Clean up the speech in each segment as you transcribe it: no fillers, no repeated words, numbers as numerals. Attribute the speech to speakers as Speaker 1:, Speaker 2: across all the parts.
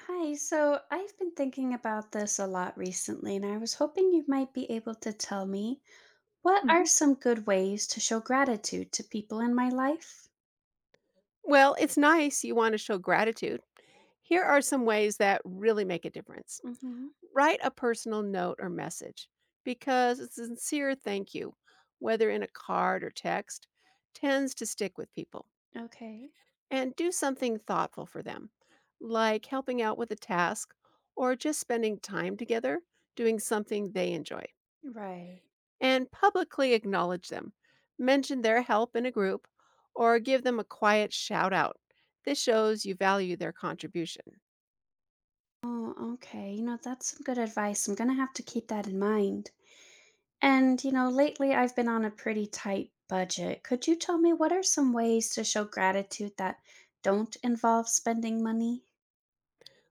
Speaker 1: Hi, so I've been thinking about this a lot recently, and I was hoping you might be able to tell me what are
Speaker 2: Mhm.
Speaker 1: some good ways to show gratitude to people in my life?
Speaker 2: Well, it's nice you want to show gratitude. Here are some ways that really make a difference.
Speaker 1: Mm-hmm.
Speaker 2: Write a personal note or message because a sincere thank you, whether in a card or text, tends to stick with people.
Speaker 1: Okay.
Speaker 2: And do something thoughtful for them, like helping out with a task or just spending time together doing something they enjoy.
Speaker 1: Right.
Speaker 2: And publicly acknowledge them. Mention their help in a group or give them a quiet shout out. This shows you value their contribution.
Speaker 1: Oh, okay. That's some good advice. I'm gonna have to keep that in mind. And, lately I've been on a pretty tight budget. Could you tell me what are some ways to show gratitude that don't involve spending money?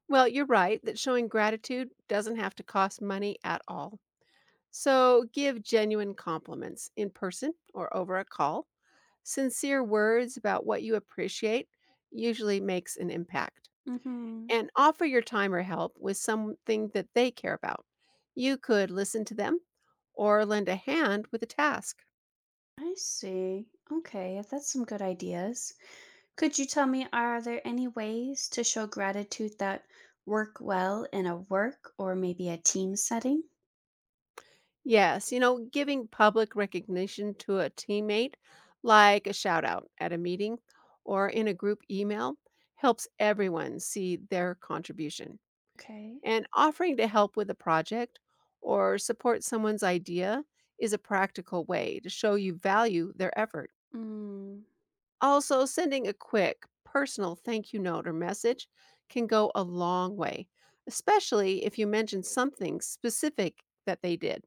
Speaker 2: Well, you're right that showing gratitude doesn't have to cost money at all. So give genuine compliments in person or over a call. Sincere words about what you appreciate usually makes an impact.
Speaker 1: Mm-hmm.
Speaker 2: And offer your time or help with something that they care about. You could listen to them or lend a hand with a task.
Speaker 1: I see. Okay, that's some good ideas. Could you tell me, are there any ways to show gratitude that work well in a work or maybe a team setting?
Speaker 2: Yes, you know, giving public recognition to a teammate, like a shout out at a meeting or in a group email, helps everyone see their contribution.
Speaker 1: Okay.
Speaker 2: And offering to help with a project or support someone's idea is a practical way to show you value their effort.
Speaker 1: Mm.
Speaker 2: Also, sending a quick personal thank you note or message can go a long way, especially if you mention something specific that they did.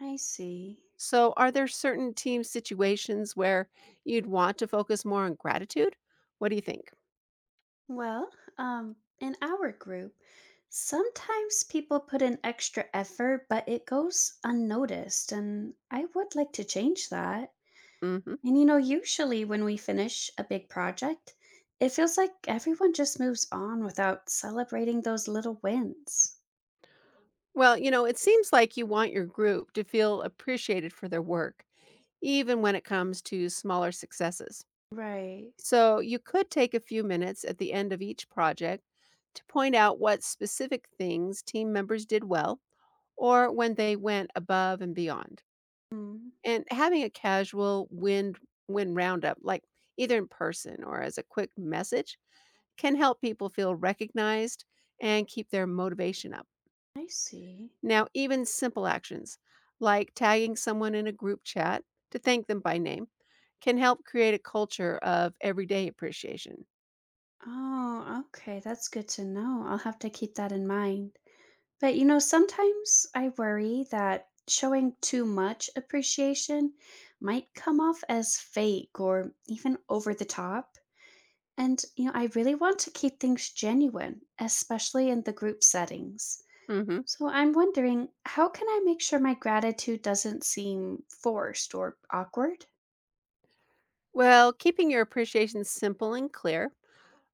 Speaker 1: I see.
Speaker 2: So, are there certain team situations where you'd want to focus more on gratitude? What do you think?
Speaker 1: Well, in our group, sometimes people put in extra effort, but it goes unnoticed, and I would like to change that.
Speaker 2: Mhm.
Speaker 1: And you know, usually when we finish a big project, it feels like everyone just moves on without celebrating those little wins.
Speaker 2: Well, you know, it seems like you want your group to feel appreciated for their work, even when it comes to smaller successes.
Speaker 1: Right.
Speaker 2: So, you could take a few minutes at the end of each project to point out what specific things team members did well or when they went above and beyond.
Speaker 1: Hmm.
Speaker 2: And having a casual win roundup, like either in person or as a quick message, can help people feel recognized and keep their motivation up.
Speaker 1: I see.
Speaker 2: Now, even simple actions like tagging someone in a group chat to thank them by name can help create a culture of everyday appreciation.
Speaker 1: Oh, okay. That's good to know. I'll have to keep that in mind. But you know, sometimes I worry that showing too much appreciation might come off as fake or even over the top. And you know, I really want to keep things genuine, especially in the group settings.
Speaker 2: Mhm.
Speaker 1: So I'm wondering, how can I make sure my gratitude doesn't seem forced or awkward?
Speaker 2: Well, keeping your appreciation simple and clear,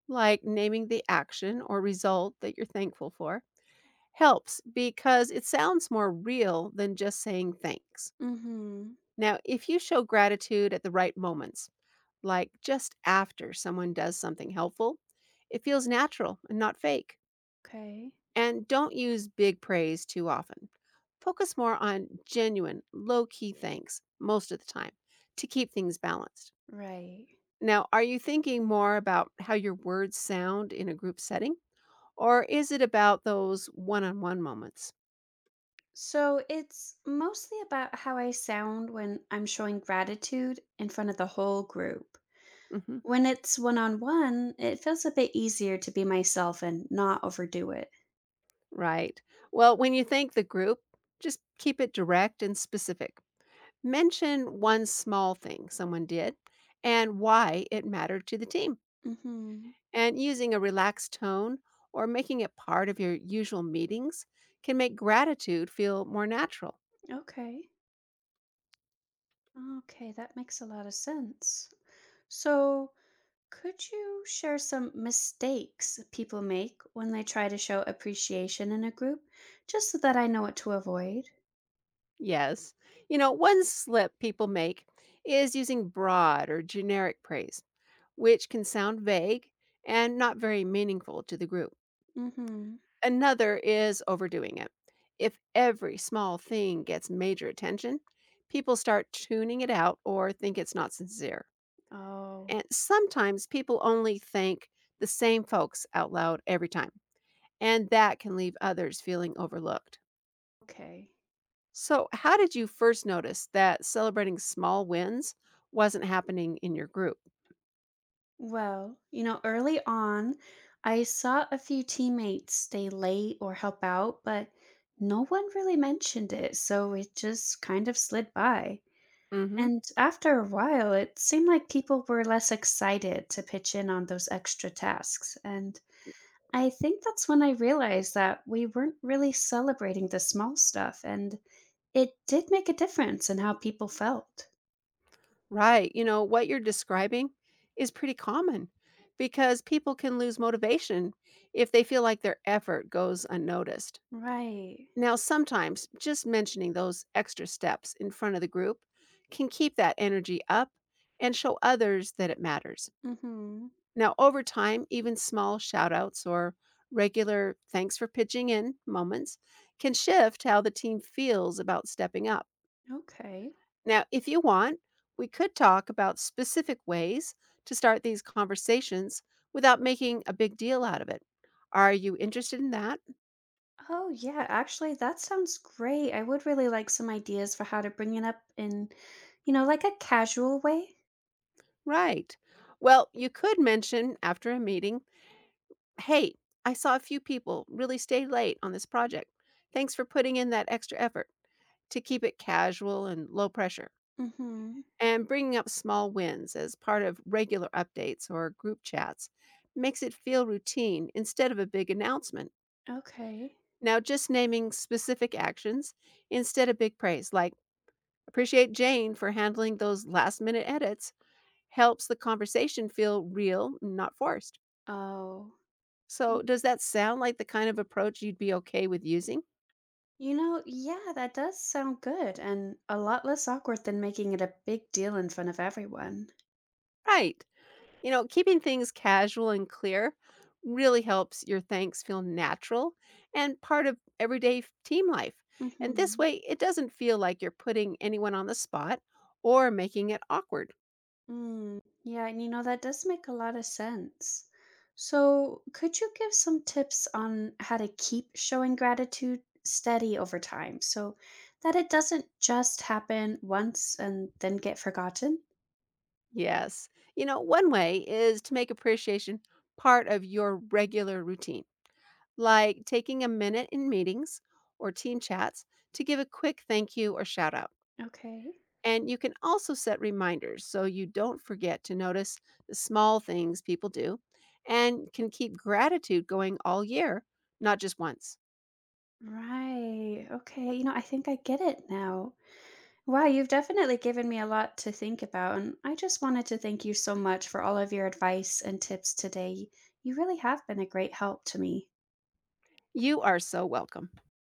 Speaker 2: like naming the action or result that you're thankful for, helps because it sounds more real than just saying thanks.
Speaker 1: Mm-hmm.
Speaker 2: Now, if you show gratitude at the right moments, like just after someone does something helpful, it feels natural and not fake.
Speaker 1: Okay.
Speaker 2: And don't use big praise too often. Focus more on genuine, low key thanks most of the time to keep things balanced.
Speaker 1: Right.
Speaker 2: Now, are you thinking more about how your words sound in a group setting, or is it about those one on one moments?
Speaker 1: So it's mostly about how I sound when I'm showing gratitude in front of the whole group.
Speaker 2: Hmm.
Speaker 1: When it's one on one, it feels a bit easier to be myself and not overdo it.
Speaker 2: Right. Well, when you thank the group, just keep it direct and specific. Mention one small thing someone did and why it mattered to the team.
Speaker 1: Mm-hmm.
Speaker 2: And using a relaxed tone or making it part of your usual meetings can make gratitude feel more natural.
Speaker 1: Okay. Okay, that makes a lot of sense. So could you share some mistakes people make when they try to show appreciation in a group, just so that I know what to avoid?
Speaker 2: Yes. You know, one slip people make is using broad or generic praise, which can sound vague and not very meaningful to the group.
Speaker 1: Mm-hmm.
Speaker 2: Another is overdoing it. If every small thing gets major attention, people start tuning it out or think it's not sincere. And
Speaker 1: Oh,
Speaker 2: sometimes people only thank the same folks out loud every time, and that can leave others feeling overlooked.
Speaker 1: okay.
Speaker 2: So, how did you first notice that celebrating small wins wasn't happening in your group?
Speaker 1: Well, you know, early on, I saw a few teammates stay late or help out, but no one really mentioned it, so it just kind of slid by.
Speaker 2: Mhm.
Speaker 1: And after a while, it seemed like people were less excited to pitch in on those extra tasks, and I think that's when I realized that we weren't really celebrating the small stuff, and it did make a difference in how people felt.
Speaker 2: Right. You know, what you're describing is pretty common because people can lose motivation if they feel like their effort goes unnoticed.
Speaker 1: Right.
Speaker 2: Now, sometimes just mentioning those extra steps in front of the group can keep that energy up and show others that it matters.
Speaker 1: Mhm.
Speaker 2: Now, over time, even small shout outs or regular thanks for pitching in moments can shift how the team feels about stepping up.
Speaker 1: Okay.
Speaker 2: Now, if you want, we could talk about specific ways to start these conversations without making a big deal out of it. Are you interested in that?
Speaker 1: Oh, yeah, actually, that sounds great. I would really like some ideas for how to bring it up in, you know, like a casual way.
Speaker 2: Right. Well, you could mention after a meeting, "Hey, I saw a few people really stay late on this project. Thanks for putting in that extra effort," to keep it casual and low pressure.
Speaker 1: Mm-hmm.
Speaker 2: And bringing up small wins as part of regular updates or group chats makes it feel routine instead of a big announcement.
Speaker 1: Okay.
Speaker 2: Now, just naming specific actions instead of big praise, like "appreciate Jane for handling those last minute edits," helps the conversation feel real, not forced.
Speaker 1: Oh,
Speaker 2: So, does that sound like the kind of approach you'd be okay with using?
Speaker 1: you know, yeah, that does sound good and a lot less awkward than making it a big deal in front of everyone.
Speaker 2: Right. You know, keeping things casual and clear really helps your thanks feel natural and part of everyday team life. And this
Speaker 1: Mm-hmm.
Speaker 2: way, it doesn't feel like you're putting anyone on the spot or making it awkward.
Speaker 1: Mm. Yeah, and you know, that does make a lot of sense. So, could you give some tips on how to keep showing gratitude steady over time so that it doesn't just happen once and then get forgotten?
Speaker 2: Yes. You know, one way is to make appreciation part of your regular routine, like taking a minute in meetings or team chats to give a quick thank you or shout out.
Speaker 1: Okay.
Speaker 2: And you can also set reminders so you don't forget to notice the small things people do and can keep gratitude going all year, not just once.
Speaker 1: Right. Okay. You know, I think I get it now. Wow, you've definitely given me a lot to think about. And I just wanted to thank you so much for all of your advice and tips today. You really have been a great help to me.
Speaker 2: You are so welcome.